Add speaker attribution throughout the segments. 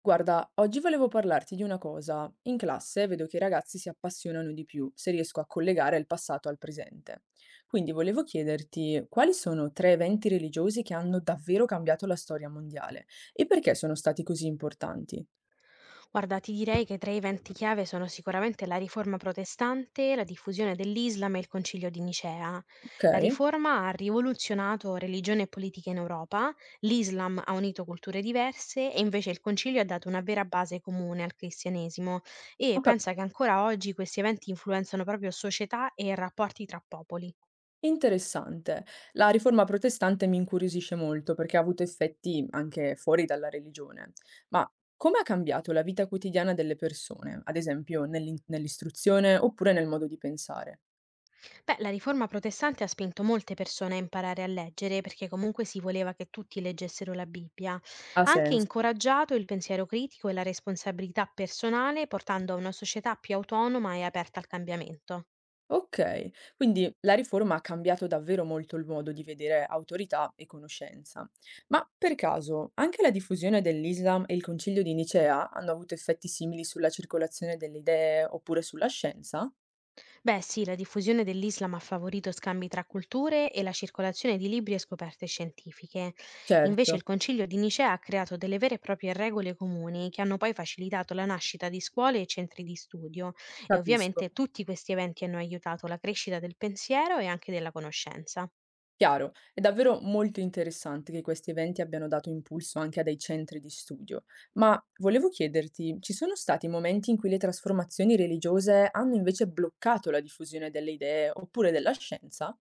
Speaker 1: Guarda, oggi volevo parlarti di una cosa. In classe vedo che i ragazzi si appassionano di più se riesco a collegare il passato al presente. Quindi volevo chiederti quali sono 3 eventi religiosi che hanno davvero cambiato la storia mondiale e perché sono stati così importanti.
Speaker 2: Guarda, ti direi che tra i eventi chiave sono sicuramente la riforma protestante, la diffusione dell'Islam e il concilio di Nicea.
Speaker 1: Ok?
Speaker 2: La riforma ha rivoluzionato religione e politica in Europa, l'Islam ha unito culture diverse e invece il concilio ha dato una vera base comune al cristianesimo e
Speaker 1: Ho cap-
Speaker 2: pensa che ancora oggi questi eventi influenzano proprio società e rapporti tra popoli.
Speaker 1: Interessante. La riforma protestante mi incuriosisce molto perché ha avuto effetti anche fuori dalla religione. Ma come ha cambiato la vita quotidiana delle persone, ad esempio nell'istruzione oppure nel modo di pensare?
Speaker 2: Beh, la riforma protestante ha spinto molte persone a imparare a leggere perché comunque si voleva che tutti leggessero la Bibbia.
Speaker 1: Ha
Speaker 2: Ha anche
Speaker 1: sens
Speaker 2: incoraggiato il pensiero critico e la responsabilità personale, portando a una società più autonoma e aperta al cambiamento.
Speaker 1: okay. Quindi la riforma ha cambiato davvero molto il modo di vedere autorità e conoscenza. Ma per caso anche la diffusione dell'Islam e il Concilio di Nicea hanno avuto effetti simili sulla circolazione delle idee oppure sulla scienza?
Speaker 2: Beh, sì, la diffusione dell'Islam ha favorito scambi tra culture e la circolazione di libri e scoperte scientifiche. Invece
Speaker 1: Certo,
Speaker 2: il Concilio di Nicea ha creato delle vere e proprie regole comuni che hanno poi facilitato la nascita di scuole e centri di studio, e
Speaker 1: capisco.
Speaker 2: ovviamente tutti questi eventi hanno aiutato la crescita del pensiero e anche della conoscenza.
Speaker 1: Chiaro, è davvero molto interessante che questi eventi abbiano dato impulso anche a dei centri di studio, ma volevo chiederti, ci sono stati momenti in cui le trasformazioni religiose hanno invece bloccato la diffusione delle idee oppure della scienza?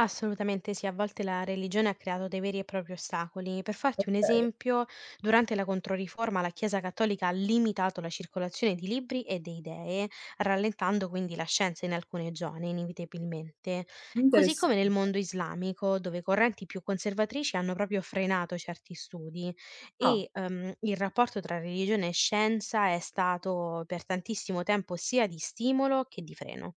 Speaker 2: Assolutamente sì, a volte la religione ha creato dei veri e propri ostacoli. Per farti un
Speaker 1: Ok,
Speaker 2: esempio, durante la Controriforma la Chiesa Cattolica ha limitato la circolazione di libri e di idee, rallentando quindi la scienza in alcune zone, inevitabilmente. Così come nel
Speaker 1: interessante.
Speaker 2: mondo islamico, dove correnti più conservatrici hanno proprio frenato certi studi,
Speaker 1: Ah,
Speaker 2: e il rapporto tra religione e scienza è stato per tantissimo tempo sia di stimolo che di freno.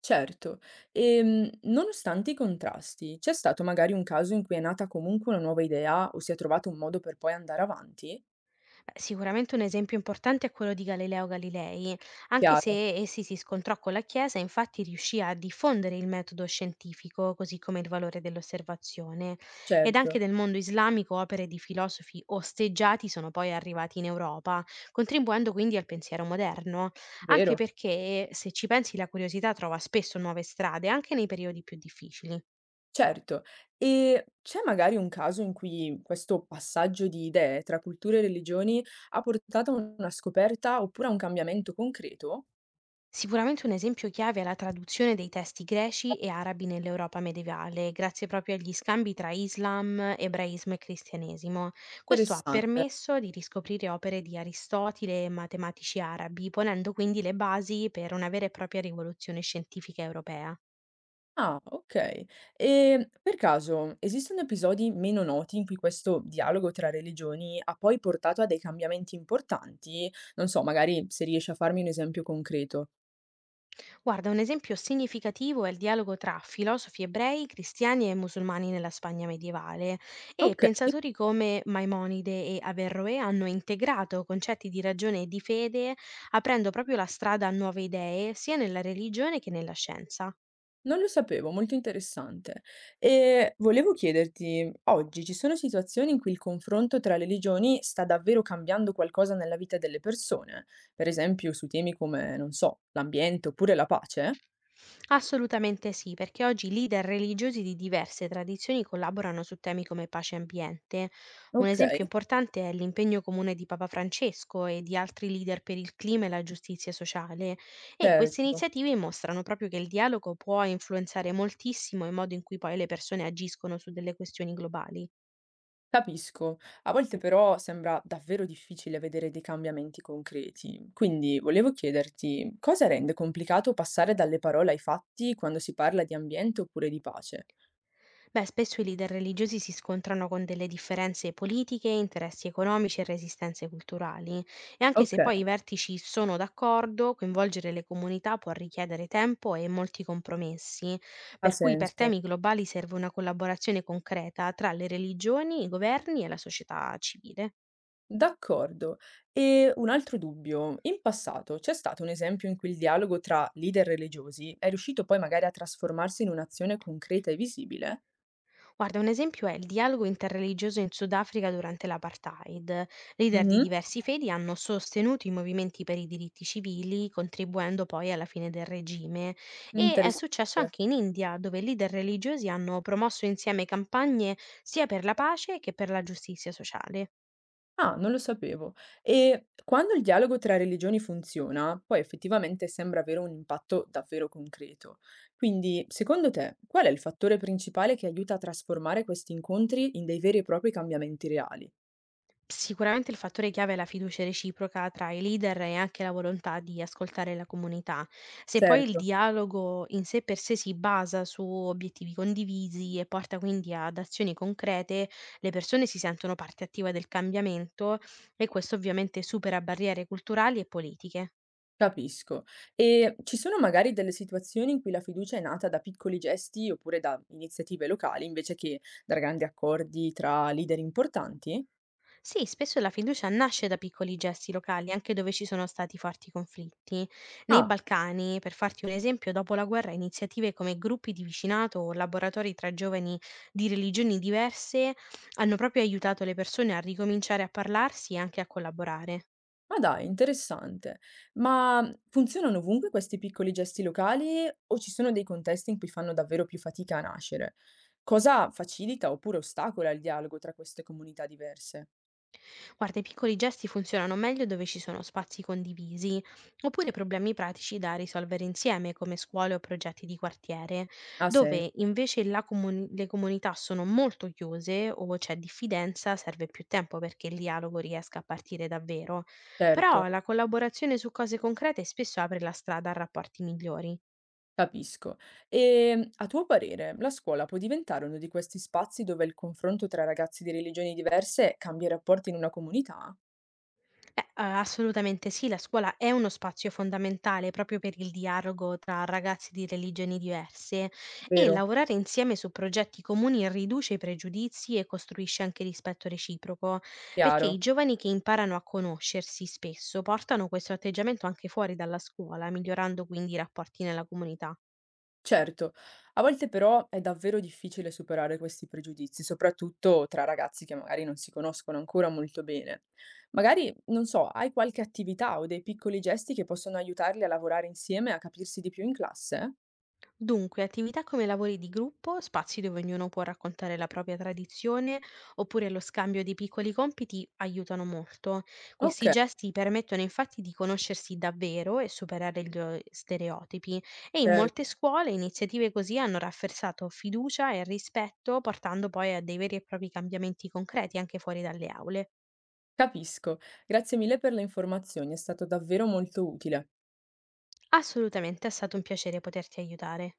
Speaker 1: certo. E nonostante i contrasti, c'è stato magari un caso in cui è nata comunque una nuova idea o si è trovato un modo per poi andare avanti?
Speaker 2: Beh, sicuramente un esempio importante è quello di Galileo Galilei: anche
Speaker 1: Chiaro,
Speaker 2: se essi si scontrò con la Chiesa, infatti riuscì a diffondere il metodo scientifico, così come il valore dell'osservazione. Ed anche
Speaker 1: certo,
Speaker 2: nel mondo islamico opere di filosofi osteggiati sono poi arrivati in Europa, contribuendo quindi al pensiero moderno, anche
Speaker 1: vero.
Speaker 2: perché se ci pensi la curiosità trova spesso nuove strade, anche nei periodi più difficili.
Speaker 1: Certo. E c'è magari un caso in cui questo passaggio di idee tra culture e religioni ha portato a una scoperta oppure a un cambiamento concreto?
Speaker 2: Sicuramente un esempio chiave è la traduzione dei testi greci e arabi nell'Europa medievale, grazie proprio agli scambi tra Islam, ebraismo e cristianesimo. Questo ha
Speaker 1: Interessante.
Speaker 2: permesso di riscoprire opere di Aristotele e matematici arabi, ponendo quindi le basi per una vera e propria rivoluzione scientifica europea.
Speaker 1: Ah, ok. E per caso esistono episodi meno noti in cui questo dialogo tra religioni ha poi portato a dei cambiamenti importanti? Non so, magari se riesci a farmi un esempio concreto.
Speaker 2: Guarda, un esempio significativo è il dialogo tra filosofi ebrei, cristiani e musulmani nella Spagna medievale, e
Speaker 1: Ok.
Speaker 2: pensatori come Maimonide e Averroè hanno integrato concetti di ragione e di fede, aprendo proprio la strada a nuove idee sia nella religione che nella scienza.
Speaker 1: Non lo sapevo, molto interessante. E volevo chiederti, oggi ci sono situazioni in cui il confronto tra le religioni sta davvero cambiando qualcosa nella vita delle persone? Per esempio su temi come, non so, l'ambiente oppure la pace?
Speaker 2: Assolutamente sì, perché oggi leader religiosi di diverse tradizioni collaborano su temi come pace e ambiente. Un
Speaker 1: Ok,
Speaker 2: esempio importante è l'impegno comune di Papa Francesco e di altri leader per il clima e la giustizia sociale, e queste
Speaker 1: certo,
Speaker 2: iniziative mostrano proprio che il dialogo può influenzare moltissimo il modo in cui poi le persone agiscono su delle questioni globali.
Speaker 1: capisco. A volte però sembra davvero difficile vedere dei cambiamenti concreti. Quindi volevo chiederti, cosa rende complicato passare dalle parole ai fatti quando si parla di ambiente oppure di pace?
Speaker 2: Beh, spesso i leader religiosi si scontrano con delle differenze politiche, interessi economici e resistenze culturali, e anche se
Speaker 1: Ok,
Speaker 2: poi i vertici sono d'accordo, coinvolgere le comunità può richiedere tempo e molti compromessi,
Speaker 1: ha
Speaker 2: per cui per
Speaker 1: senso.
Speaker 2: temi globali serve una collaborazione concreta tra le religioni, i governi e la società civile.
Speaker 1: D'accordo. E un altro dubbio. In passato c'è stato un esempio in cui il dialogo tra leader religiosi è riuscito poi magari a trasformarsi in un'azione concreta e visibile?
Speaker 2: Guarda, un esempio è il dialogo interreligioso in Sudafrica durante l'apartheid. Leader di
Speaker 1: Mhm,
Speaker 2: diversi fedi hanno sostenuto i movimenti per i diritti civili, contribuendo poi alla fine del regime. E è
Speaker 1: interessante.
Speaker 2: successo anche in India, dove leader religiosi hanno promosso insieme campagne sia per la pace che per la giustizia sociale.
Speaker 1: Ah, non lo sapevo. E quando il dialogo tra religioni funziona, poi effettivamente sembra avere un impatto davvero concreto. Quindi, secondo te, qual è il fattore principale che aiuta a trasformare questi incontri in dei veri e propri cambiamenti reali?
Speaker 2: Sicuramente il fattore chiave è la fiducia reciproca tra i leader e anche la volontà di ascoltare la comunità. Se poi il
Speaker 1: Certo.
Speaker 2: dialogo in sé per sé si basa su obiettivi condivisi e porta quindi ad azioni concrete, le persone si sentono parte attiva del cambiamento, e questo ovviamente supera barriere culturali e politiche.
Speaker 1: Capisco. E ci sono magari delle situazioni in cui la fiducia è nata da piccoli gesti oppure da iniziative locali invece che da grandi accordi tra leader importanti?
Speaker 2: Sì, spesso la fiducia nasce da piccoli gesti locali, anche dove ci sono stati forti conflitti. Nei
Speaker 1: Ah,
Speaker 2: Balcani, per farti un esempio, dopo la guerra iniziative come gruppi di vicinato o laboratori tra giovani di religioni diverse hanno proprio aiutato le persone a ricominciare a parlarsi e anche a collaborare.
Speaker 1: ma dai, interessante. Ma funzionano ovunque questi piccoli gesti locali o ci sono dei contesti in cui fanno davvero più fatica a nascere? Cosa facilita oppure ostacola il dialogo tra queste comunità diverse?
Speaker 2: Guarda, i piccoli gesti funzionano meglio dove ci sono spazi condivisi, oppure problemi pratici da risolvere insieme, come scuole o progetti di quartiere.
Speaker 1: Ah, sì,
Speaker 2: Dove invece la le comunità sono molto chiuse o c'è diffidenza, serve più tempo perché il dialogo riesca a partire davvero.
Speaker 1: certo.
Speaker 2: Però la collaborazione su cose concrete spesso apre la strada a rapporti migliori.
Speaker 1: Capisco. E a tuo parere, la scuola può diventare uno di questi spazi dove il confronto tra ragazzi di religioni diverse cambia i rapporti in una comunità?
Speaker 2: Beh, a assolutamente sì, la scuola è uno spazio fondamentale proprio per il dialogo tra ragazzi di religioni diverse, e
Speaker 1: Vero?
Speaker 2: lavorare insieme su progetti comuni riduce i pregiudizi e costruisce anche rispetto reciproco, perché i
Speaker 1: Chiaro.
Speaker 2: giovani che imparano a conoscersi spesso portano questo atteggiamento anche fuori dalla scuola, migliorando quindi i rapporti nella comunità.
Speaker 1: Certo, a volte però è davvero difficile superare questi pregiudizi, soprattutto tra ragazzi che magari non si conoscono ancora molto bene. Magari, non so, hai qualche attività o dei piccoli gesti che possono aiutarli a lavorare insieme e a capirsi di più in classe?
Speaker 2: Dunque, attività come lavori di gruppo, spazi dove ognuno può raccontare la propria tradizione, oppure lo scambio di piccoli compiti aiutano molto.
Speaker 1: Ok,
Speaker 2: Questi gesti permettono infatti di conoscersi davvero e superare gli stereotipi, e in molte
Speaker 1: certo.
Speaker 2: scuole iniziative così hanno rafforzato fiducia e rispetto, portando poi a dei veri e propri cambiamenti concreti anche fuori dalle aule.
Speaker 1: Capisco. Grazie mille per le informazioni, è stato davvero molto utile.
Speaker 2: Assolutamente è stato un piacere poterti aiutare.